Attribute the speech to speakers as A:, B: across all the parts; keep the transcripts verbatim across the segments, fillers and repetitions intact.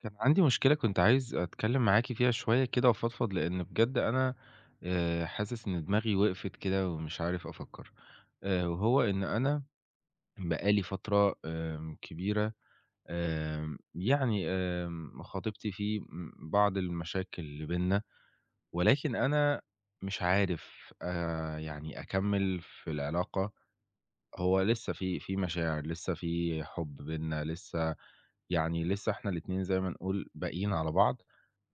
A: كان عندي مشكلة كنت عايز أتكلم معاكِ فيها شوية كده وأفضفض، لإن بجد أنا آآ حاسس إن دماغي وقفت كده ومش عارف أفكّر. آآ وهو إن أنا بقى لي فترة آمم كبيرة. آمم يعني آمم خاطبتي في م بعض المشاكل اللي بيننا، ولكن أنا مش عارف آآ يعني أكمّل في العلاقة. هو لسّه في في مشاعر، لسّه في حُب بيننا، لسّه يعني لسه إحنا الاتنين زي ما نقول باقيين على بعض،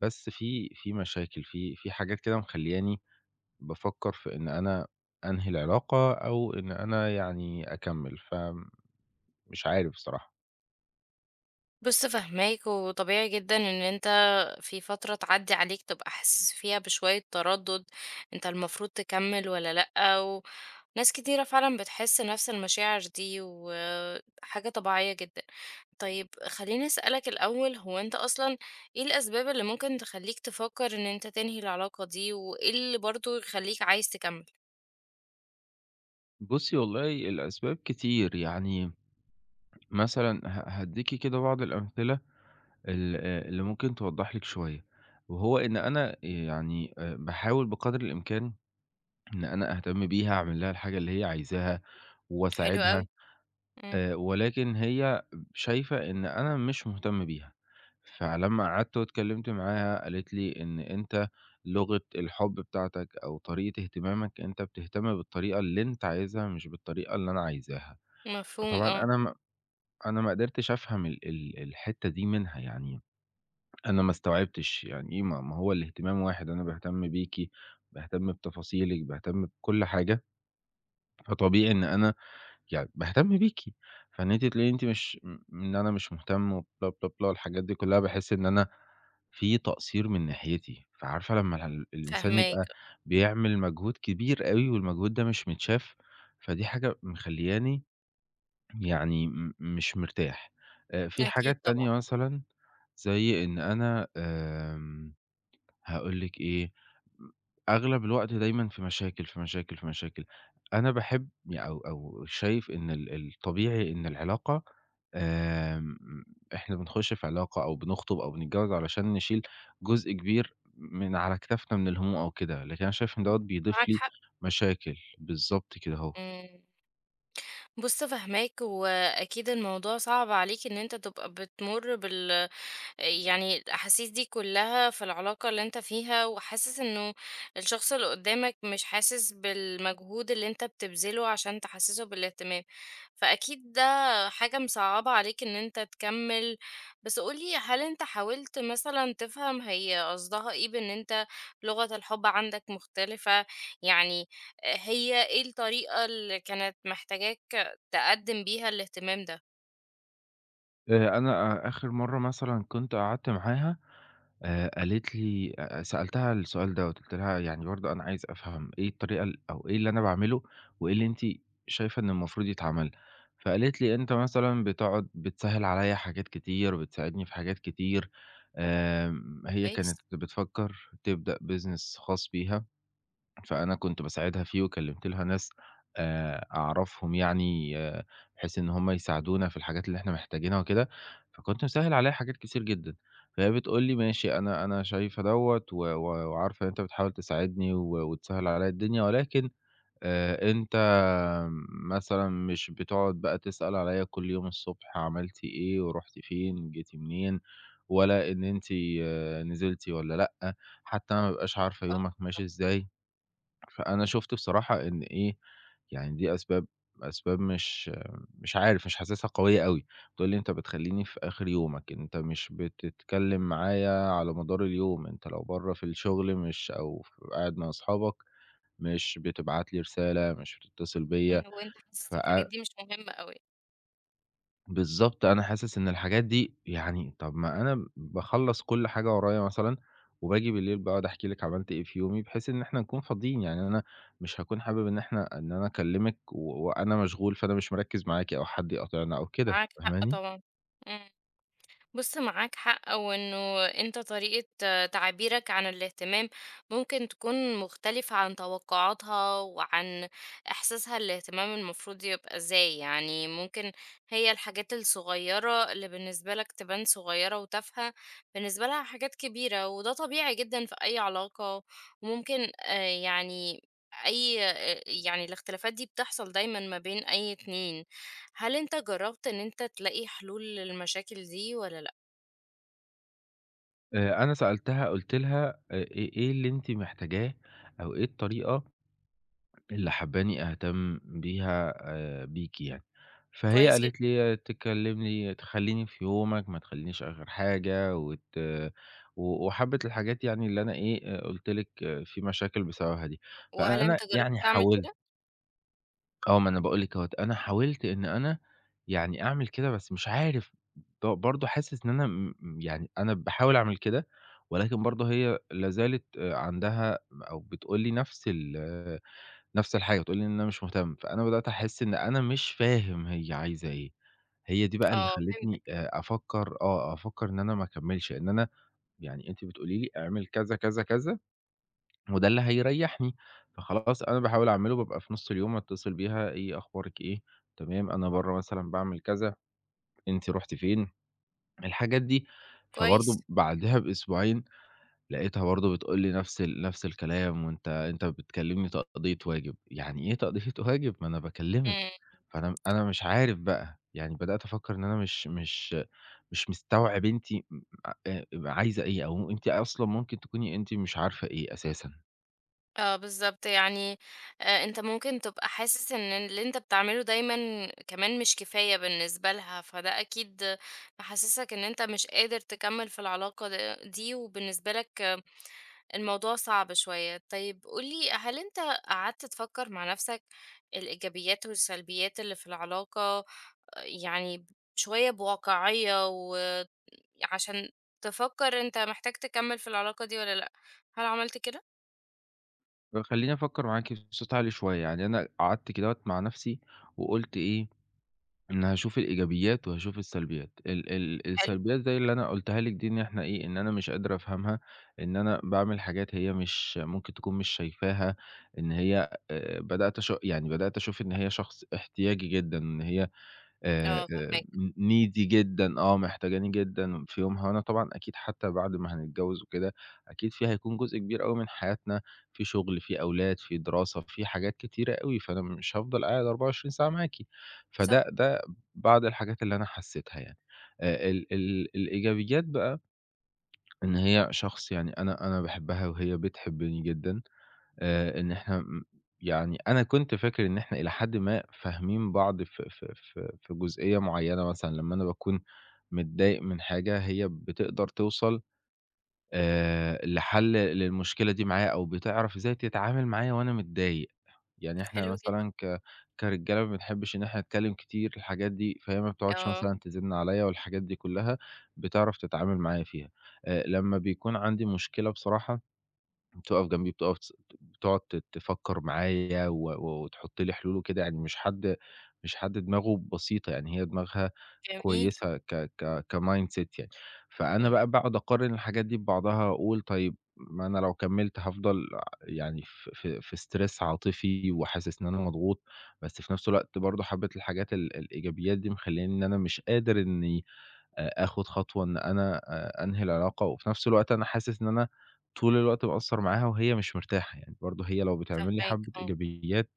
A: بس في في مشاكل، في في حاجات كده مخلّياني بافكّر في إن أنا أنهي العلاقة أو إن أنا يعني أكمّل، فمش عارف بصراحة.
B: بُص فاهماك، وطبيعي جدًا إن أنت في فترة تعدّي عليك تبقى حاسس فيها بشوية تردُّد، أنت المفروض تكمّل والّا لأ، وناس كتيرة فعلًا بتحس نفس المشاعر دي، وحاجة طبيعية جدًا. طيب خلّيني أسألك الأول، هو أنت أصلًا إيه الأسباب اللي ممكن تخلّيك تفكّر إن أنت تنهي العلاقة دي، وإيه اللي برضه يخلّيك عايز تكمّل؟
A: بُصّي والله الأسباب كتير، يعني مثلًا ه هادّيكِ كده بعض الأمثلة ال آآ اللي ممكن توضّح لِك شوية، وهو إن أنا يعني آآ باحاول بقدر الإمكان إن أنا أهتم بيها، أعمل لها الحاجة اللي هي عايزاها
B: حلو
A: وأساعدها.
B: أوي. إمم.
A: آآ، ولكن هي شايفة إن أنا مش مهتم بيها، فلمّا قعدت واتكلمت معاها قالت لي إن أنت لغة الحب بتاعتك أو طريقة اهتمامك أنت بتهتم بالطريقة اللي أنت عايزها مش بالطريقة اللي أنا عايزاها.
B: مفهوم
A: فطبعًا
B: آه.
A: أنا ما أنا ما قدرتش أفهم ال ال الحتّة دي منها، يعني أنا ما استوعبتش يعني إيه ما ما هو الاهتمام واحد، أنا باهتم بيكِ، باهتم بتفاصيلِك، باهتم بكل حاجة، فطبيعي إن أنا يعني باهتم بيكِ، فإن أنتِ تلاقي أنتِ مش م إن أنا مش مهتم وبلا، بلا، بلا والحاجات دي كلّها، باحس إن أنا في تقصير من ناحيتي، فعارفة لمّا ال الإنسان
B: فاهماك.
A: يبقى بيعمل مجهود كبير أوي والمجهود ده مش متشاف، فدي حاجة مخلّياني يعني م مش مرتاح. آآ في
B: أكيد
A: حاجات
B: طبعًا.
A: تانية مثلًا زي إن أنا آمم هاقول لِك إيه، أغلب الوقت دايمًا في مشاكل، في مشاكل، في مشاكل. أنا باحب أو أو شايف إن ال الطبيعي إن العلاقة آمم، إحنا بنخش في علاقة أو بنخطب أو بنتجوز علشان نشيل جزء كبير من على كتافنا من الهموم أو كده، لكن أنا شايف إن دوّة
B: معاك
A: بيضيف لي
B: حق.
A: مشاكل، بالضبط كده أهوّة.
B: إمم. بُص فاهماك، وأكيد الموضوع صعب عليك إن أنت تبقى بتمُر بال يعني الأحاسيس دي كلها في العلاقة اللي انت فيها وحاسس انه الشخص اللي قدامك مش حاسس بالمجهود اللي انت بتبذله عشان تحسسه بالاهتمام، فأكيد ده حاجة مصعبة عليك ان انت تكمل. بس قولي، هل انت حاولت مثلا تفهم هي قصدها ايه بان انت لغة الحب عندك مختلفة؟ يعني هي ايه الطريقة اللي كانت محتاجاك تقدم بيها الاهتمام ده؟
A: آآ، أنا آخر مرّة مثلًا كنت قعدت معاها آآ قالت لي أ سألتها السؤال دوّة، قُلت لها: "يعني برضه أنا عايز أفهم إيه الطريقة ال أو إيه اللي أنا باعمله وإيه اللي أنتِ شايفة إن المفروض يتعمل؟" فقالت لي: "أنت مثلًا بتقعد بتسهّل عليّا حاجات كتير وبتساعدني في حاجات كتير." آمم هي كانت
B: كويس؟
A: بتفكّر تبدأ business خاص بيها، فأنا كنت
B: اه.
A: باساعدها فيه وكلّمت لها ناس آآ أعرفهم يعني آه، بحيث إن هم يساعدونا في الحاجات اللي إحنا محتاجينها وكده، فكنت مسهّل عليها حاجات كتير جدًا. فهي بتقول لي: "ماشي أنا أنا شايفة دوّة و و وعارفة إن أنت بتحاول تساعدني و وتسهّل عليَّ الدنيا، ولكن آآ أنت مثلًا مش بتقعد بقى تسأل عليَّ كل يوم الصبح عملتِ إيه ورُحتِ فين، جيتِ منين، ولا إن أنتِ نزلتِ والّا لأ، حتى أنا ما بابقاش عارفة
B: آه.
A: يومك ماشي إزاي." فأنا شُفت بصراحة إن إيه، يعني دي أسباب أسباب مش مش عارف، مش حاسسها قوية أوي، بتقول لي: "أنت بتخلّيني في آخِر يومك، أنت مش بتتكلّم معايا على مدار اليوم، أنت لو برّه في الشغل مش أو ف قاعد مع أصحابك مش بتبعت لي رسالة، مش بتتصل بيّا."
B: إمم، وأنت حاسس الحاجات
A: فأ
B: دي مش مهمة أوي،
A: بالضبط، أنا حاسس إن الحاجات دي يعني طَب ما أنا باخلّص كل حاجة ورايا مثلًا، وباجي بالليل باقعد أحكي لِك عملت إيه في يومي، بحيث إن إحنا نكون فاضيين، يعني أنا مش هاكون حابب إن إحنا إن أنا أكلمِك و وأنا مشغول، فأنا مش مركّز معاكِ أو حد يقاطعنا أو كده،
B: معاك حق
A: فاهماني؟
B: طبعًا. إمم. بُص معاك حق، وإنه أنت طريقة تعبيرك عن الاهتمام ممكن تكون مختلفة عن توقعاتها وعن إحساسها الاهتمام المفروض يبقى إزاي، يعني ممكن هي الحاجات الصغيرة اللي بالنسبة لك تبان صغيرة وتافهة، بالنسبة لها حاجات كبيرة، وده طبيعي جدًا في أي علاقة، وممكن آآ يعني أي آآ يعني الاختلافات دي بتحصل دايمًا ما بين أي اتنين. هل أنت جربت إن أنت تلاقي حلول للمشاكل دي والّا لأ؟
A: آآ، أنا سألتها قُلت لها: "أ إيه إيه اللي أنتِ محتاجاه أو إيه الطريقة" اللي حبّاني أهتم بيها آآ بيك يعني. فهي
B: كويس جدًا.
A: قالت لي تكلمني تخلّيني في يومك، ما تخلّينيش آخر حاجة وت و وحبّة الحاجات يعني اللي أنا إيه، آآ قُلت لِك آه، في مشاكل بسببها دي.
B: وهل
A: فأنا
B: أنت جرّبت
A: يعني
B: تعمل
A: حاولت
B: كده؟
A: آه، ما أنا باقول لِك أهوّة، أنا حاولت إن أنا يعني أعمل كده بس مش عارف ب برضه حاسس إن أنا م م يعني أنا باحاول أعمل كده، ولكن برضه هي لا زالت عندها أو بتقول لي نفس ال نفس الحاجة، بتقول لي إن أنا مش مهتم، فأنا بدأت أحس إن أنا مش فاهم هي عايزة إيه. هي دي بقى اللي
B: آه فهمتك.
A: خلّتني آآ أفكّر آه، أفكّر إن أنا ما أكمّلش، إن أنا يعني أنتِ بتقولي لي اعمل كذا، كذا، كذا وده اللي هيريّحني، فخلاص أنا باحاول أعمله، بابقى في نُص اليوم أتصل بيها إيه أخبارِك إيه، تمام، أنا برّه مثلًا باعمل كذا، أنتِ رُحتِ فين، الحاجات دي.
B: كويس.
A: فبرضه بعدها بأسبوعين لقيتها برضه بتقول لي نفس ال نفس الكلام، "وأنت أنت بتكلمني تقضية واجب." يعني إيه تقضية واجب؟ ما أنا
B: إمم.
A: باكلمِك، فأنا أنا مش عارف بقى، يعني بدأت أفكر إن أنا مش مش مش مستوعب أنتِ م آآ عايزة إيه، أو أنتِ أصلًا ممكن تكوني أنتِ مش عارفة إيه أساسًا.
B: آه بالضبط، يعني آآ أنت ممكن تبقى حاسس إن اللي أنت بتعمله دايمًا كمان مش كفاية بالنسبة لها، فده أكيد محسسك إن أنت مش قادر تكمّل في العلاقة د دي، وبالنسبة لك الموضوع صعب شوية. طيب قُل لي، هل أنت قعدت تفكّر مع نفْسك الإيجابيات والسلبيات اللي في العلاقة، آه، يعني شوية بواقعية و عشان تفكّر أنت محتاج تكمّل في العلاقة دي والّا لأ، هل عملت كده؟
A: فخلّيني أفكر معاكِ بصوت عالي شوية، يعني أنا قعدت كدهوّة مع نفسي وقُلت إيه إن هاشوف الإيجابيات وهاشوف السلبيات. ال ال
B: حلو.
A: السلبيات زي اللي أنا قُلتها لِك دي إن إحنا إيه، إن أنا مش قادر أفهمها، إن أنا باعمل حاجات هي مش ممكن تكون مش شايفاها، إن هي آآ بدأت أش يعني بدأت أشوف إن هي شخص احتياجي جدًا، إن هي آآ،
B: آه
A: آآ
B: فاهماك.
A: ن needy جدًا، آه محتاجاني جدًا في يومها، وأنا طبعًا أكيد حتى بعد ما هنتجوز وكده، أكيد في هيكون جزء كبير أوي من حياتنا، في شغل، في أولاد، في دراسة، في حاجات كتيرة أوي، فأنا مش هافضل قاعد أربعة وعشرين ساعة معاكِ. فده
B: صح.
A: ده بعض الحاجات اللي أنا حسيتها يعني. آآ، ال ال الإيجابيات بقى إن هي شخص يعني أنا أنا باحبها وهي بتحبني جدًا، آآ إن إحنا م يعني أنا كنت فاكر إن إحنا إلى حدٍ ما فاهمين بعض في في في في جزئية معيّنة مثلًا لمّا أنا باكون متضايق من حاجة، هي بتقدر توصل آآ لحل للمشكلة دي معايا أو بتعرف إزاي تتعامل معايا وأنا متضايق. يعني إحنا
B: حلو جدًا.
A: مثلًا ك كرجالة ما بنحبّش إن إحنا نتكلّم كتير الحاجات دي، فهي ما بتقعدش
B: آه.
A: مثلًا تزن عليّا والحاجات دي كُلّها، بتعرف تتعامل معايا فيها. آآ لمّا بيكون عندي مشكلة بصراحة بتقف جنبي، بتقف تس بتقعد ت تفكّر معايا و و وتحُط لي حلول وكده، يعني مش حد مش حد دماغه بسيطة، يعني هي دماغها
B: جميل.
A: كويسة ك ك كmindset يعني. فأنا
B: إمم.
A: بقى باقعد أقارن الحاجات دي ببعضها، أقول طيب ما أنا لو كمّلت هافضل يعني في في في stress عاطفي وحاسس إن أنا مضغوط، بس في نفس الوقت برضه حبّة الحاجات ال الإيجابيات دي مخلّياني إن أنا مش قادر إنّي آآ آخُد خطوة إن أنا آآ أنهي العلاقة، وفي نفس الوقت أنا حاسس إن أنا طول الوقت مقصّر معاها وهي مش مرتاحة، يعني برضه هي لو بتعمل لي
B: فاهماك
A: حَبّة
B: آه.
A: إيجابيات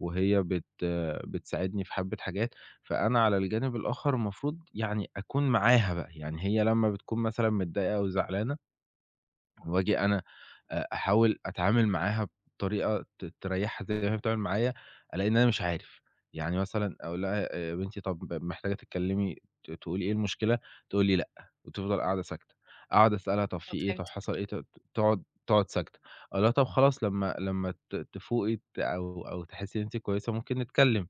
A: وهي بت آه، بتساعدني في حَبّة حاجات، فأنا على الجانب الآخَر المفروض يعني أكون معاها بقى، يعني هي لمّا بتكون مثلًا متضايقة أو زعلانة وآجي أنا أ أحاول أتعامل معاها بطريقة ت تريّحها زي ما هي بتتعامل معايا، ألاقي إن أنا مش عارف، يعني مثلًا أقول لها آه، "يا بنتي طب محتاجة تتكلمي ت تقولي إيه المشكلة؟" تقول لي "لأ." وتفضل قاعدة ساكتة، أقعد أسألها "طب
B: آه
A: في إيه؟
B: فهمت.
A: طب حصل إيه؟" ت ت تقعد تقعد ساكتة، أقول لها "طب خلاص لمّا لمّا ت تفوقي ت أو أو تحسي إن أنتِ كويسة ممكن نتكلم."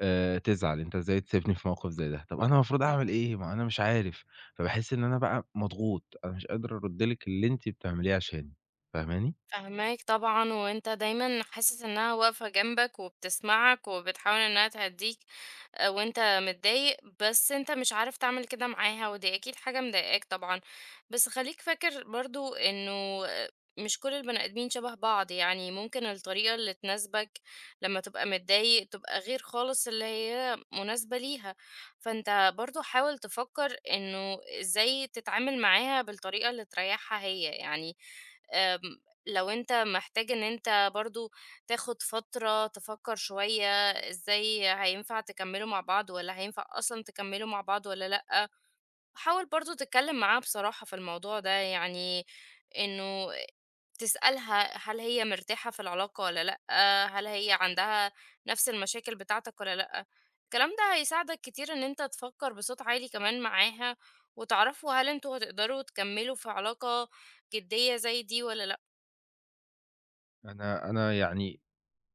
A: آآ تزعل، أنت إزاي تسيبني في موقف زي ده؟ طب أنا المفروض أعمل
B: إمم.
A: إيه؟ ما أنا مش عارف، فباحس إن أنا بقى مضغوط، أنا مش قادر أرُدّ لِك اللي أنتِ بتعمليه عشاني، فاهماني؟
B: فاهماك طبعًا، وأنت دايمًا حاسس إنها واقفة جنبك وبتسمعك وبتحاول إنها تهدّيك. آآ وأنت متضايق، بس أنت مش عارف تعمل كده معاها، ودي أكيد حاجة مضايقاك طبعًا. بس خلّيك فاكر برضه إنه مش كل البني آدمين شبه بعض، يعني ممكن الطريقة اللي تناسبك لمّا تبقى متضايق تبقى غير خالص اللي هي مناسبة ليها. فأنت برضه حاول تفكر إنه إزاي تتعامل معاها بالطريقة اللي تريحها هي، يعني آمم لو أنت محتاج إن أنت برضه تاخد فترة تفكر شوية إزاي هينفع تكمّلوا مع بعض والّا هينفع أصلًا تكمّلوا مع بعض والّا لأ، وحاول برضه تتكلّم معاها بصراحة في الموضوع ده، يعني إنه تسألها هل هي مرتاحة في العلاقة والّا لأ، هل هي عندها نَفْس المشاكل بتاعتك والّا لأ، الكلام ده هيساعدك كتير إن أنت تفكّر بصوت عالي كمان معاها، وتعرفوا هل أنتم هتقدروا تكمّلوا في علاقة جدية زي دي والّا لأ.
A: أنا أنا يعني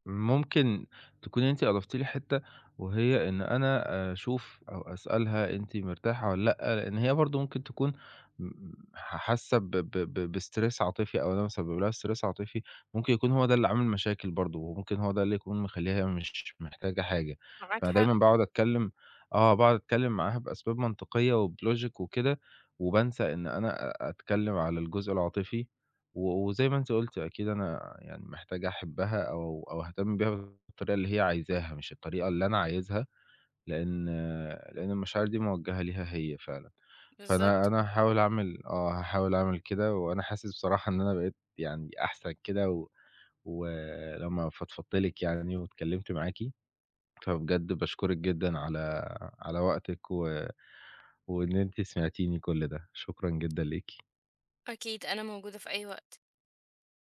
A: ممكن تكوني أنتِ أضفتِ لي حتّة، وهي إن أنا أشوف أو أسألها أنتِ مرتاحة والّا لأ، لإن هي برضه ممكن تكون م ح حاسة ب ب ب بstress عاطفي أو أنا مسبب لها stress عاطفي، ممكن يكون هو ده اللي عامل مشاكل برضه، وممكن هو ده اللي يكون مخلّيها هي مش محتاجة حاجة.
B: معاك حق.
A: فدايمًا باقعد أتكلّم آه، باقعد أتكلّم معاها بأسباب منطقية وبlogic وكده، وبانسى إن أنا أ أتكلّم على الجزء العاطفي. و وزي ما أنتِ قُلتِ أكيد أنا يعني محتاج أحبّها أو أو أهتم بيها بالطريقة اللي هي عايزاها، مش الطريقة اللي أنا عايزها، لإن لإن المشاعر دي موجّهة ليها هي فعلًا. فأنا
B: بالضبط.
A: أنا هاحاول أعمل آه، هاحاول أعمل كده، وأنا حاسس بصراحة إن أنا بقيت يعني أحسن كده و ولمّا فضفضت لِك يعني واتكلّمت معاكِ، فبجد باشكرِك جدًا على على وقتِك و وإن أنتِ سمعتيني كل ده، شكرًا جدًا ليكِ.
B: أكيد أنا موجودة في أي وقت.